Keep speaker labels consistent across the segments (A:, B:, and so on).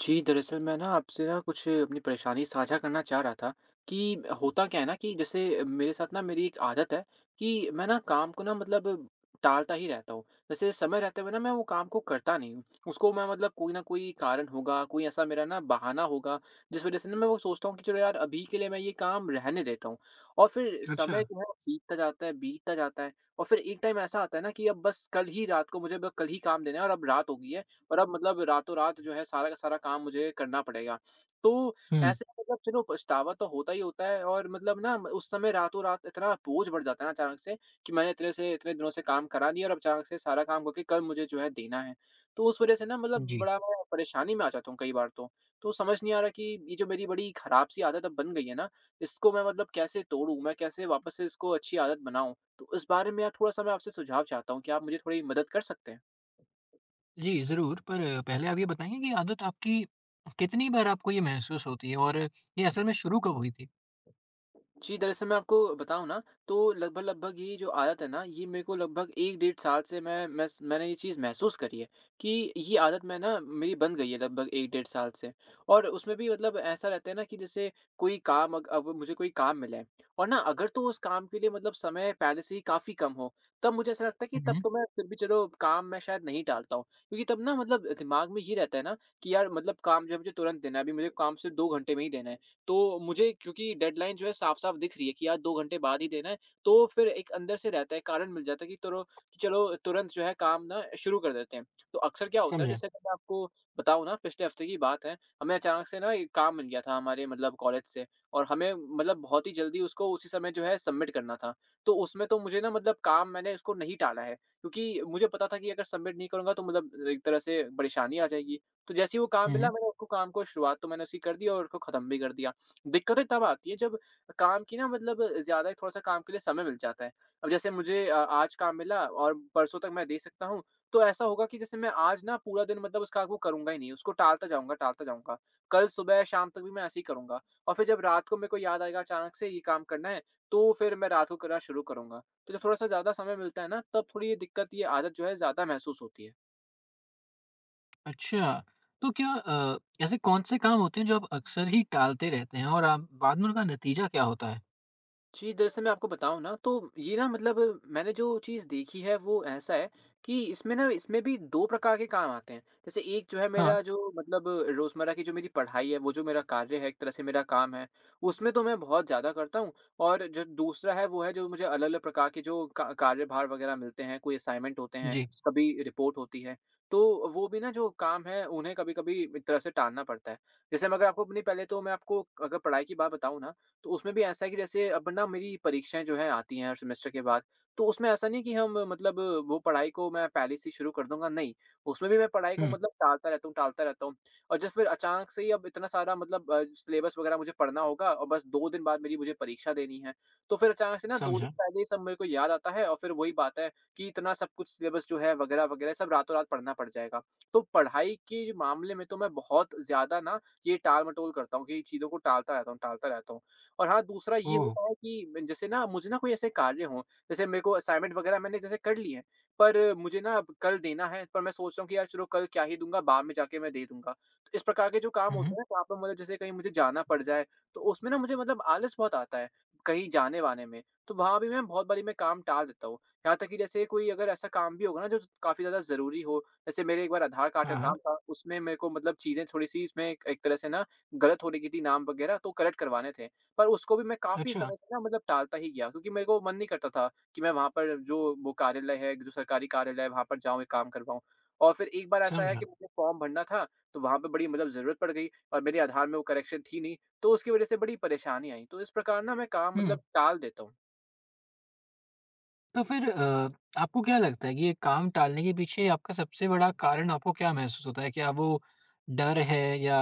A: जी, दरअसल मैं ना आपसे ना कुछ अपनी परेशानी साझा करना चाह रहा था कि होता क्या है ना कि जैसे मेरे साथ ना मेरी एक आदत है कि मैं ना काम को ना मतलब टालता ही रहता हूँ। जैसे समय रहते हुए ना मैं वो काम को करता नहीं हूँ। उसको मैं मतलब कोई न कोई कारण होगा, कोई ऐसा मेरा ना बहाना होगा, जिस वज़ह से ना मैं वो सोचता हूँ कि चलो यार अभी के लिए मैं ये काम रहने देता हूँ। और फिर
B: अच्छा।
A: समय जो है बीतता जाता है, बीतता जाता है। और फिर एक टाइम ऐसा आता है ना कि अब बस कल ही रात को मुझे ब कल ही काम देना है और अब रात हो गई है। और अब मतलब रातों-रात जो है सारा का सारा काम मुझे करना पड़ेगा। तो
B: हुँ।
A: ऐसे में मतलब चलो पछतावा तो होता ही होता है और मतलब ना उस समय रातों-रात इतना बोझ बढ़ जाता है ना अचानक से कि मैंने इतने से इतने दिनों से काम करा नहीं और अब अचानक से सारा काम करके कल मुझे जो है देना है। तो उस वज़ह से ना मतलब
B: जी।
A: बड़ा मैं परेशानी में आ जाता हूँ कई बार तो। तो समझ नहीं आ रहा कि ये जो मेरी बड़ी खराब सी आदत अब बन गई है ना, इसको मैं मतलब कैसे तोड़ूँ? मैं कैसे वापस से इसको अच्छी आदत बनाऊँ? तो इस बारे में यार थोड़ा-सा मैं आपसे सुझाव चाहता हूँ, क्या आप मुझे थोड़ी मदद कर सकते हैं?
B: जी, ज़रूर। पर पहले आप ये बताएँगे कि आदत आपकी कितनी बार आपको ये महसूस होती है और ये असल में शुरू कब हुई थी?
A: जी, दरअसल मैं आपको बताऊँ ना, तो लगभग-लगभग ये जो आदत है ना, ये मेरे को लगभग 1 डेढ़ साल से मैं स मैंने ये चीज़ महसूस करी है कि ये आदत मैं ना मेरी बन गई है लगभग 1 डेढ़ साल से। और उसमें भी मतलब ऐसा रहता है ना कि जैसे कोई काम अग अब मुझे कोई काम मिला है और ना अगर तो उस काम के लिए मतलब समय पहले से ही काफ़ी कम हो, तब मुझे ऐसा लगता है कि
B: हुँ,
A: तब
B: हुँ।
A: तो मैं फिर भी चलो काम मैं शायद नहीं टालता हूँ। क्योंकि तब ना मतलब दिमाग में ये रहता है ना कि यार मतलब काम जो है मुझे तुरंत देना है, अभी मुझे काम सिर्फ़ 2 घंटे में ही देना है। तो मुझे क्योंकि डेडलाइन जो है साफ-साफ दिख रही है कि यार 2 घंटे बाद ही देना है, तो फिर एक अंदर से रहता है, कारण मिल जाता है कि चलो तुरंत जो है काम ना शुरू कर देते हैं। तो अक्सर क्या होता है
B: समझा।
A: जैसे कि मैं आपको बताऊँ ना, पिछले हफ्ते की बात है, हमें अचानक से ना एक काम मिल गया था हमारे मतलब कॉलेज से और हमें मतलब बहुत ही जल्दी उसको उसी समय जो है सबमिट करना था। तो उसमें तो मुझे ना मतलब काम मैंने उसको नहीं टाला है, क्योंकि मुझे पता था कि अगर सबमिट नहीं करूँगा तो मतलब एक तरह से परेशानी आ जाएगी। तो जैसे ही वो काम
B: हुँ,
A: मिला
B: हुँ।
A: मैंने उसको काम को शुरुआत तो मैंने उसकी कर दी और उसको खत्म भी कर दिया। दिक्कतें तब आती है जब काम की ना मतलब ज़्यादा थोड़ा-सा काम के लिए समय मिल जाता है। अब जैसे मुझे आज काम मिला और परसों तक मैं दे सकता हूँ, तो ऐसा होगा कि जैसे मैं आज ना पूरा दिन मतलब उस काम को करूँगा ही नहीं, उसको टालता जाऊँगा, टालता जाऊँगा। कल सुबह शाम तक भी मैं ऐसे ही करूँगा और फिर जब रात को मेरे को याद आएगा अचानक से ये काम करना है, तो फिर मैं रात को करना शुरू करूँगा। तो जब थोड़ा-सा ज़्यादा समय मिलता है ना, तब थोड़ी ये दिक्कत, ये आदत जो है ज़्यादा महसूस होती है।
B: अच्छा, तो क्या ऐसे कौन-से काम होते हैं जो आप अक्सर ही टालते रहते हैं और आप बाद में उनका नतीजा क्या होता है?
A: जी, दरअसल मैं आपको बताऊँ ना, तो ये ना मतलब मैंने जो चीज़ देखी है वो ऐसा है कि इसमें ना इसमें भी 2 प्रकार के काम आते हैं। जैसे एक जो है
B: हाँ।
A: मेरा जो मतलब रोज़मर्रा की जो मेरी पढ़ाई है, वो जो मेरा कार्य है, एक तरह से मेरा काम है, उसमें तो मैं बहुत ज़्यादा करता हूँ। और जो दूसरा है वो है जो मुझे अलग-अलग प्रकार के जो का कार्यभार वग़ैरह मिलते हैं, कोई असाइनमेंट होते हैं,
B: जी।
A: कभी रिपोर्ट होती है। तो वो भी ना जो काम है उन्हें कभी-कभी एक तरह से टालना पड़ता है। जैसे मैं अगर आपको अपनी पहले तो मैं आपको अगर पढ़ाई की बात बताऊँ ना, तो उसमें भी ऐसा है कि जैसे अब ना मेरी परीक्षाएँ जो हैं आती हैं हर सेमेस्टर के बाद, तो उसमें ऐसा नहीं कि हम मतलब वो पढ़ाई को मैं पहले से ही शुरू कर दूँगा, नहीं। उसमें भी मैं पढ़ाई को
B: हुँ,
A: मतलब टालता रहता हूँ और जब फिर अचानक से ही अब इतना सारा मतलब सिलेबस वगैरह मुझे पढ़ना होगा और बस 2 दिन बाद मेरी मुझे परीक्षा देनी है। तो फिर अचानक से ना 2 दिन
B: समझा।
A: पहले ही सब मेरे को याद आता है और फिर वही बात है कि इतना सब कुछ सिलेबस जो है वगैरह-वगैरह सब रातों-रात पढ़ना पड़ जाएगा। तो पढ़ाई के मामले में तो मैं बहुत ज़्यादा ना ये टाल-मटोल करता हूँ कि चीज़ों को टालता रहता हूँ, टालता रहता हूँ। और हाँ, दूसरा ये
B: ओह!
A: होता है कि जैसे ना मुझे ना कोई ऐसे कार्य हों, जैसे मेरे को असाइनमेंट वगैरह मैंने जैसे कर लिए हैं, पर मुझे ना अब कल देना है, पर मैं सोच रहा हूँ कि यार चलो कल क्या ही दूँगा, बाद में जाके मैं दे दूँगा। तो इस प्रकार के जो काम
B: हुँ,
A: होते
B: हुँ।
A: हैं ना, वहाँ पर मतलब जैसे कहीं मुझे जाना पड़ जाए, तो उसमें ना मुझे मतलब आलस बहुत आता है, कहीं जाने-वाने में। तो वहाँ भी मैं बहुत बारी मैं काम टाल देता हूँ। यहाँ तक कि जैसे कोई अगर ऐसा काम भी होगा ना जो काफ़ी ज़्यादा ज़रूरी हो, जैसे मेरे एक बार आधार कार्ड का
B: हाँ, हाँ।
A: काम था, उसमें मेरे को मतलब चीज़ें थोड़ी-सी इसमें एक एक तरह से ना गलत हो रही थी नाम वगैरह, तो करेक्ट करवाने थे। पर उसको भी मैं काफ़ी
B: अच्छा,
A: समय से ना मतलब टालता ही गया क्योंकि मेरे को मन नहीं करता था कि मैं वहाँ पर जो वो कार्यालय है, जो सरकारी कार्यालय है, वहाँ पर जाऊँ, एक काम करवाऊँ। और फिर एक बार ऐसा आया कि
B: समझा।
A: मुझे फॉर्म भरना था, तो वहाँ पे बड़ी मतलब ज़रूरत पड़ गई और मेरे आधार में वो करेक्शन थी नहीं, तो उसकी वज़ह से बड़ी परेशानी आई। तो इस प्रकार ना मैं काम
B: हुँ।
A: मतलब टाल देता हूँ।
B: तो फिर आपको क्या लगता है कि ये काम टालने के पीछे आपका सबसे बड़ा कारण आपको क्या महसूस होता है? क्या वो डर है या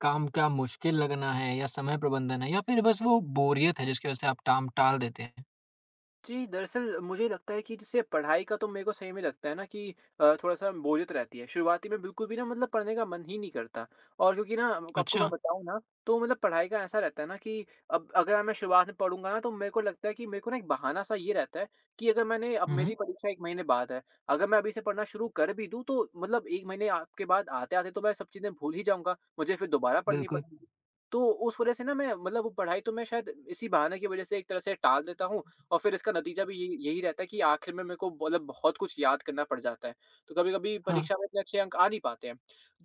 B: काम का मुश्किल लगना है या समय प्रबंधन है या फिर बस वो बोरियत है जिसकी वजह से आप काम टाल देते हैं?
A: जी, दरअसल मुझे लगता है कि जैसे पढ़ाई का तो मेरे को सही में लगता है ना कि थोड़ा-सा बोरियत रहती है। शुरुआती में बिल्कुल भी ना मतलब पढ़ने का मन ही नहीं करता और क्योंकि ना आपको मैं
B: अच्छा।
A: बताऊँ ना, तो मतलब पढ़ाई का ऐसा रहता है ना कि अब अगर मैं शुरुआत में पढ़ूँगा ना तो मेरे को लगता है कि मेरे को ना एक बहाना-सा ये रहता है कि अगर मैंने अब
B: हुँ,
A: मेरी
B: हुँ।
A: परीक्षा 1 महीने बाद है, अगर मैं अभी से पढ़ना शुरू कर भी दूँ तो मतलब 1 महीने आपके बाद आते-आते तो मैं सब चीज़ें भूल ही जाऊँगा, मुझे फिर दोबारा पढ़नी
B: बिल्कुल।
A: पड़ेगी। तो उस वज़ह से ना मैं मतलब वो पढ़ाई तो मैं शायद इसी बहाने की वज़ह से एक तरह से टाल देता हूँ और फिर इसका नतीजा भी यही यही रहता है कि आखिर में मेरे को मतलब बहुत कुछ याद करना पड़ जाता है। तो कभी-कभी
B: हाँ,
A: परीक्षा में इतने अच्छे अंक आ नहीं पाते हैं।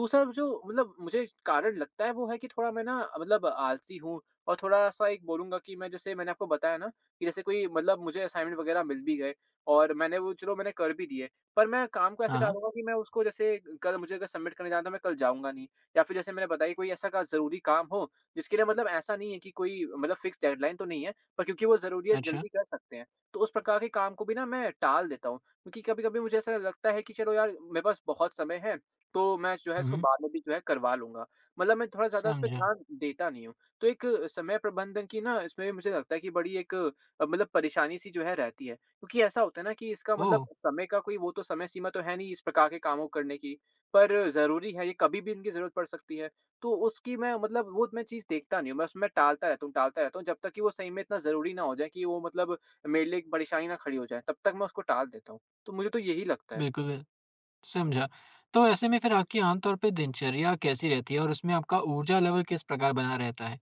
A: दूसरा जो मतलब मुझे कारण लगता है वो है कि थोड़ा मैं ना मतलब आलसी हूँ और थोड़ा-सा एक बोलूँगा कि मैं जैसे मैंने आपको बताया ना कि जैसे कोई मतलब मुझे असाइनमेंट वग़ैरह मिल भी गए और मैंने वो चलो मैंने कर भी दिए। पर मैं काम को ऐसे
B: हाँ, हाँ।
A: डालूँगा कि मैं उसको जैसे कल मुझे अगर सबमिट करने जाना है तो मैं कल जाऊँगा नहीं। या फिर जैसे मैंने बताया कोई ऐसा का ज़रूरी काम हो जिसके लिए मतलब ऐसा नहीं है कि कोई मतलब फ़िक्स डेडलाइन तो नहीं है। पर क्योंकि वो ज़रूरियत
B: अच्छा।
A: जल्दी कर सकते हैं, तो उस प्रकार के काम को भी ना मैं टाल देता हूँ। क्योंकि कभी-कभी मुझे ऐसा लगता है कि चलो यार मेरे पास बहुत समय है, तो मैं जो है
B: हुँ,
A: इसको
B: हुँ।
A: बाद में भी जो है करवा लूँगा। मतलब मैं थोड़ा ज़्यादा इस पे
B: समझा।
A: ध्यान देता नहीं हूँ। तो एक समय प्रबंधन की ना इसमें भी मुझे लगता है कि बड़ी एक मतलब परेशानी-सी जो है रहती है। क्योंकि ऐसा होता है ना कि इसका मतलब
B: ओह!
A: समय का कोई वो तो समय सीमा तो है नहीं इस प्रकार के कामों को करने की, पर ज़रूरी है ये कभी भी इनकी ज़रूरत पड़ सकती है। तो उसकी मैं मतलब वो मैं चीज़ देखता नहीं हूँ, मैं उसमें टालता रहता हूँ, जब तक कि वो सही में इतना ज़रूरी ना हो जाए कि वो मतलब मेरे लिए एक परेशानी ना खड़ी हो जाए, तब तक मैं उसको टाल देता हूँ। तो मुझे तो यही लगता है।
B: बिल्कुल, बिल- समझा। तो ऐसे में फिर आपकी आम तौर पे दिनचर्या कैसी रहती है और उसमें आपका ऊर्जा लेवल किस प्रकार बना रहता है?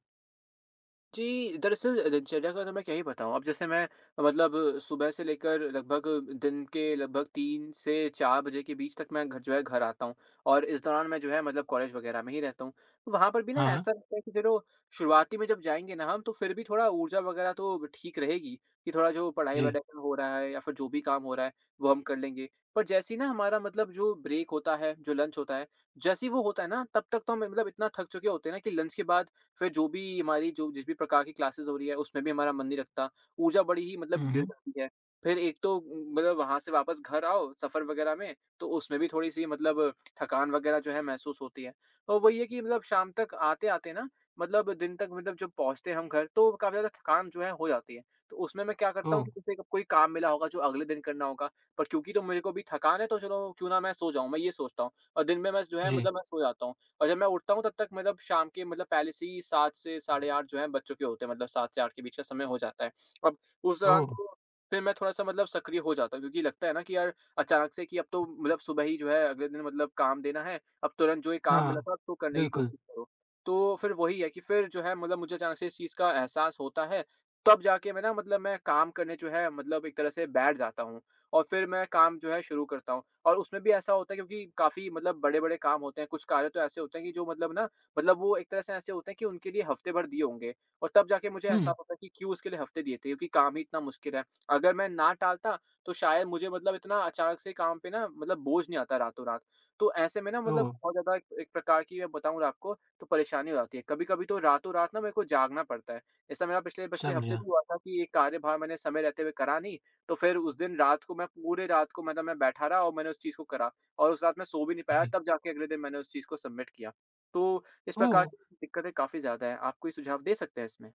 A: जी, दरअसल दिनचर्या का तो मैं क्या ही बताऊँ। अब जैसे मैं मतलब सुबह से लेकर, लगभग दिन के लगभग 3 से 4 बजे के बीच तक, मैं घर जो है घर आता हूँ, और इस दौरान मैं जो है मतलब कॉलेज वगैरह में ही रहता हूँ। वहाँ पर भी ना
B: हाँ, हाँ।
A: ऐसा लगता है कि चलो, शुरुआती में जब जाएँगे ना हम, तो फिर भी थोड़ा ऊर्जा वगैरह तो ठीक रहेगी, कि थोड़ा जो पढ़ाई
B: जी।
A: वगैरह हो रहा है या फिर जो भी काम हो रहा है, वो हम कर लेंगे। पर जैसे ही ना हमारा मतलब जो ब्रेक होता है, जो लंच होता है, जैसे ही वो होता है ना, तब तक तो हम मतलब इतना थक चुके होते हैं ना, कि लंच के बाद फिर जो भी हमारी जो जिस भी प्रकार की क्लासेस हो रही है, उसमें भी हमारा मन नहीं लगता। ऊर्जा बड़ी ही मतलब
B: हुँ,
A: गिर
B: हुँ।
A: जाती है। फिर एक तो मतलब वहाँ से वापस घर आओ सफ़र वग़ैरह में, तो उसमें भी थोड़ी-सी मतलब थकान वग़ैरह जो है महसूस होती है। और वही है कि मतलब शाम तक आते-आते ना, मतलब दिन तक मतलब जब पहुँचते हैं हम घर, तो काफ़ी ज़्यादा थकान जो है हो जाती है। तो उसमें मैं क्या करता
B: ओह!
A: हूँ कि जैसे कोई काम मिला होगा जो अगले दिन करना होगा, पर क्योंकि तो मेरे को अभी थकान है, तो चलो क्यों ना मैं सो जाऊँ, मैं ये सोचता हूँ। और दिन में मैं जो है
B: जी।
A: मतलब मैं सो जाता हूँ। और जब मैं उठता हूँ, तब तक मतलब शाम के मतलब पहले से ही 7 से साढ़े 8 जो है बच्चों के होते हैं, मतलब 7 से 8 के बीच का समय हो जाता है। अब उस दौरान
B: ओह!
A: तो फिर मैं थोड़ा-सा मतलब सक्रिय हो जाता हूँ, क्योंकि लगता है ना कि यार अचानक से, कि अब तो मतलब सुबह ही जो है अगले दिन मतलब काम देना है, अब तुरंत जो ये काम मिला
B: हाँ,
A: था अब तो करने की
B: बिल्कुल।
A: कोशिश करो। तो फिर वही है कि फिर जो है मतलब मुझे अचानक से इस चीज़ का एहसास होता है, तब जाके मैं ना मतलब मैं काम करने जो है मतलब एक तरह से बैठ जाता हूँ। और फिर मैं काम जो है शुरू करता हूँ। और उसमें भी ऐसा होता है, क्योंकि काफ़ी मतलब बड़े-बड़े काम होते हैं, कुछ कार्य तो ऐसे होते हैं कि जो मतलब ना मतलब वो एक तरह से ऐसे होते हैं कि उनके लिए हफ़्ते भर दिए होंगे, और तब जाके मुझे
B: हुँ,
A: एहसास होता है कि क्यों उसके लिए हफ़्ते दिए थे, क्योंकि काम ही इतना मुश्किल है। अगर मैं ना टालता, तो शायद मुझे मतलब इतना अचानक से काम पे ना मतलब बोझ नहीं आता रातों-रात। तो ऐसे में ना मतलब
B: ओह!
A: बहुत ज़्यादा एक एक प्रकार की मैं बताऊँ आपको, तो परेशानी हो जाती है। कभी-कभी तो रातों-रात ना मेरे को जागना पड़ता है। ऐसा मेरा पिछले पिछले हफ़्ते
B: समझा।
A: भी हुआ था कि एक कार्यभार मैंने समय रहते हुए करा नहीं, तो फिर उस दिन रात को मैं पूरे रात को मतलब मैं बैठा रहा, और मैंने उस चीज़ को करा, और उस रात मैं सो भी नहीं पाया,
B: जी।
A: तब जाके अगले दिन मैंने उस चीज़ को सबमिट किया। तो इस प्रकार
B: ओह!
A: की दिक्कतें काफ़ी ज़्यादा हैं। आप कोई सुझाव दे सकते हैं इसमें?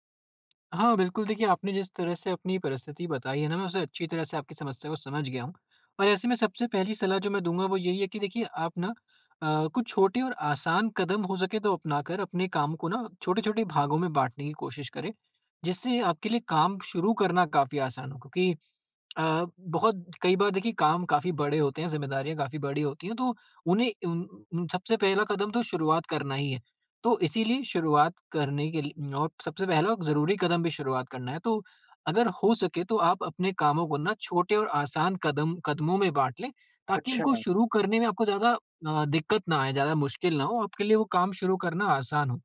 B: हाँ, बिल्कुल। देखिए आपने जिस तरह से अपनी परिस्थिति बताई है ना, मैं उसे अच्छी तरह से आपकी समस्या को समझ गया हूँ। और ऐसे में सबसे पहली सलाह जो मैं दूँगा वो यही है कि देखिए आप ना कुछ छोटे और आसान कदम हो सके तो अपनाकर अपने काम को ना छोटे-छोटे भागों में बाँटने की कोशिश करें, जिससे आपके लिए काम शुरू करना काफ़ी आसान हो। क्योंकि बहुत कई बार देखिए काम काफ़ी बड़े होते हैं, ज़िम्मेदारियाँ काफ़ी बड़ी होती हैं, तो उन्हें उन उन सबसे पहला कदम तो शुरुआत करना ही है। तो इसीलिए शुरुआत करने के लिए और सबसे पहला और ज़रूरी कदम भी शुरुआत करना है। तो अगर हो सके तो आप अपने कामों को ना छोटे और आसान कदमों में बाँट लें, ताकि
A: अच्छा,
B: उनको शुरू करने में आपको ज़्यादा दिक्कत ना आए, ज़्यादा मुश्किल ना हो, आपके लिए वो काम शुरू करना आसान हो।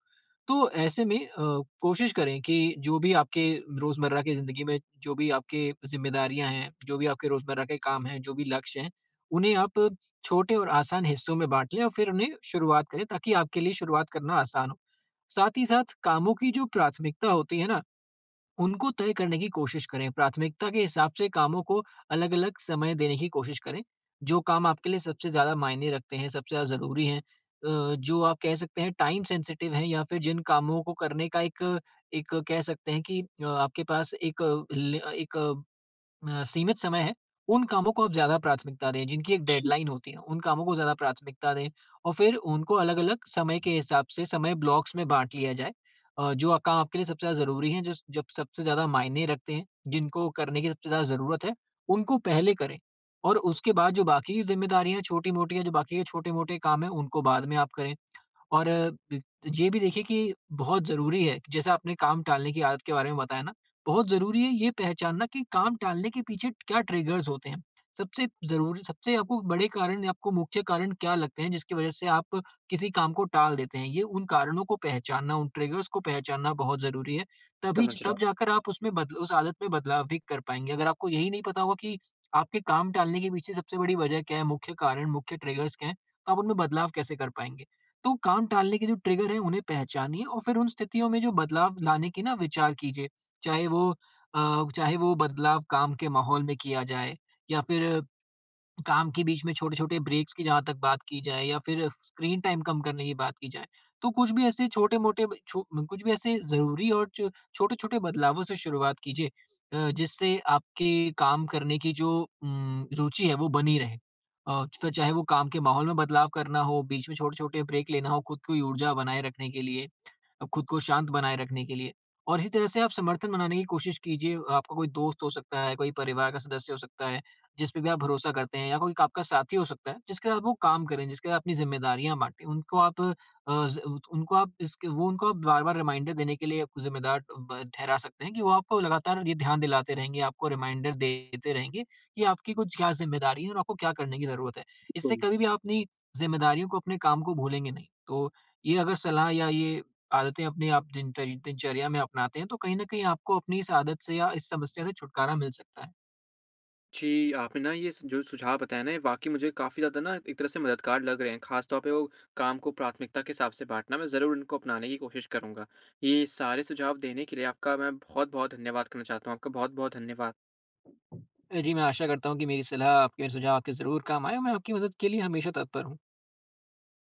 B: तो ऐसे में कोशिश करें कि जो भी आपके रोज़मर्रा की ज़िंदगी में, जो भी आपके ज़िम्मेदारियाँ हैं, जो भी आपके रोज़मर्रा के काम हैं, जो भी लक्ष्य हैं, उन्हें आप छोटे और आसान हिस्सों में बांट लें और फिर उन्हें शुरुआत करें ताकि आपके लिए शुरुआत करना आसान हो। साथ ही साथ कामों की जो प्राथमिकता होती है ना, उनको तय करने की कोशिश करें। प्राथमिकता के हिसाब से कामों को अलग-अलग समय देने की कोशिश करें। जो काम आपके लिए सबसे ज़्यादा मायने रखते हैं, सबसे ज़्यादा ज़रूरी हैं, जो आप कह सकते हैं टाइम सेंसिटिव हैं, या फिर जिन कामों को करने का एक एक कह सकते हैं कि आपके पास एक सीमित समय है, उन कामों को आप ज़्यादा प्राथमिकता दें। जिनकी एक
A: जी,
B: डेडलाइन होती है, उन कामों को ज़्यादा प्राथमिकता दें और फिर उनको अलग-अलग समय के हिसाब से समय ब्लॉक्स में बाँट लिया जाए। काम आपके लिए सबसे ज़्यादा ज़रूरी हैं, जो स जब सबसे ज़्यादा मायने रखते हैं, जिनको करने की सबसे ज़्यादा ज़रूरत है, उनको पहले करें और उसके बाद जो बाकी की ज़िम्मेदारियाँ छोटी-मोटी या जो बाकी के छोटे-मोटे काम हैं, उनको बाद में आप करें। और अ, ब तो ये भी देखिए कि बहुत ज़रूरी है, जैसे आपने काम टालने की आदत के बारे में बताया ना, बहुत ज़रूरी है ये पहचानना कि काम टालने के पीछे क्या ट्रिगर्स होते हैं। सबसे आपको बड़े कारण या आपको मुख्य कारण क्या लगते हैं जिसकी वज़ह से आप किसी काम को टाल देते हैं? ये उन कारणों को पहचानना, उन ट्रिगर्स को पहचानना बहुत ज़रूरी है। तभी
A: समझ
B: ज
A: रहा हूँ,
B: तब जाकर आप उसमें बदल उस आदत में बदलाव भी कर पाएँगे। अगर आपको यही नहीं पता होगा कि आपके काम टालने के पीछे सबसे बड़ी वज़ह क्या है, मुख्य कारण, मुख्य ट्रिगर्स क्या हैं, तो आप उनमें बदलाव कैसे कर पाएँगे? तो काम टालने के जो ट्रिगर हैं उन्हें पहचानिए और फिर उन स्थितियों में जो बदलाव लाने की ना विचार कीजिए। चाहे वो चाहे वो बदलाव काम के माहौल में किया जाए या फिर काम के बीच में छोटे-छोटे ब्रेक्स की जहाँ तक बात की जाए या फिर स्क्रीन टाइम कम करने की बात की जाए, तो कुछ भी ऐसे ज़रूरी और च छोटे-छोटे बदलावों से शुरुआत कीजिए, जिससे आपके काम करने की जो रुचि है वो बनी रहे। फिर चाहे वो काम के माहौल में बदलाव करना हो, बीच में छोटे-छोटे ब्रेक लेना हो खुद की ऊर्जा बनाए रखने के लिए, खुद को शांत बनाए रखने के लिए। और इसी तरह से आप समर्थन बनाने की कोशिश कीजिए। आपका कोई दोस्त हो सकता है, कोई परिवार का सदस्य हो सकता है, जिस पे भी आप भरोसा करते हैं, या कोई आपका साथी हो सकता है, जिसके साथ वो काम करें, जिसके साथ अपनी ज़िम्मेदारियाँ बाँटें। उनको आप अ, ज़ उनको आप इसके वो उनको आप बार-बार रिमाइंडर देने के लिए आपको ज़िम्मेदार ब ठहरा सकते हैं कि वो आपको लगातार ये ध्यान दिलाते रहेंगे, आपको रिमाइंडर देते रहेंगे कि आपकी कुछ क्या ज़िम्मेदारी है और आपको क्या करने की ज़रूरत है। इससे
A: बिल्कुल।
B: कभी भी आप अपनी ज़िम्मेदारियों को, अपने काम को भूलेंगे नहीं। तो ये अगर सलाह या ये आदतें अपने आप दिनचर्या में अपनाते हैं तो कहीं ना कहीं आपको अपनी इस आदत से या इस समस्या से छुटकारा मिल सकता है।
A: जी, आपने ना ये स जो सुझाव बताया ना, ये वाक़ई मुझे काफ़ी ज़्यादा ना एक तरह से मददगार लग रहे हैं। ख़ास तौर पे वो काम को प्राथमिकता के हिसाब से बाँटना, मैं ज़रूर इनको अपनाने की कोशिश करूँगा। ये सारे सुझाव देने के लिए आपका मैं बहुत-बहुत धन्यवाद करना चाहता हूँ। आपका बहुत-बहुत धन्यवाद।
B: जी, मैं आशा करता हूँ कि मेरी सलाह आपके सुझाव आपके जरूर काम आए और मैं आपकी मदद के लिए हमेशा तत्पर हूँ।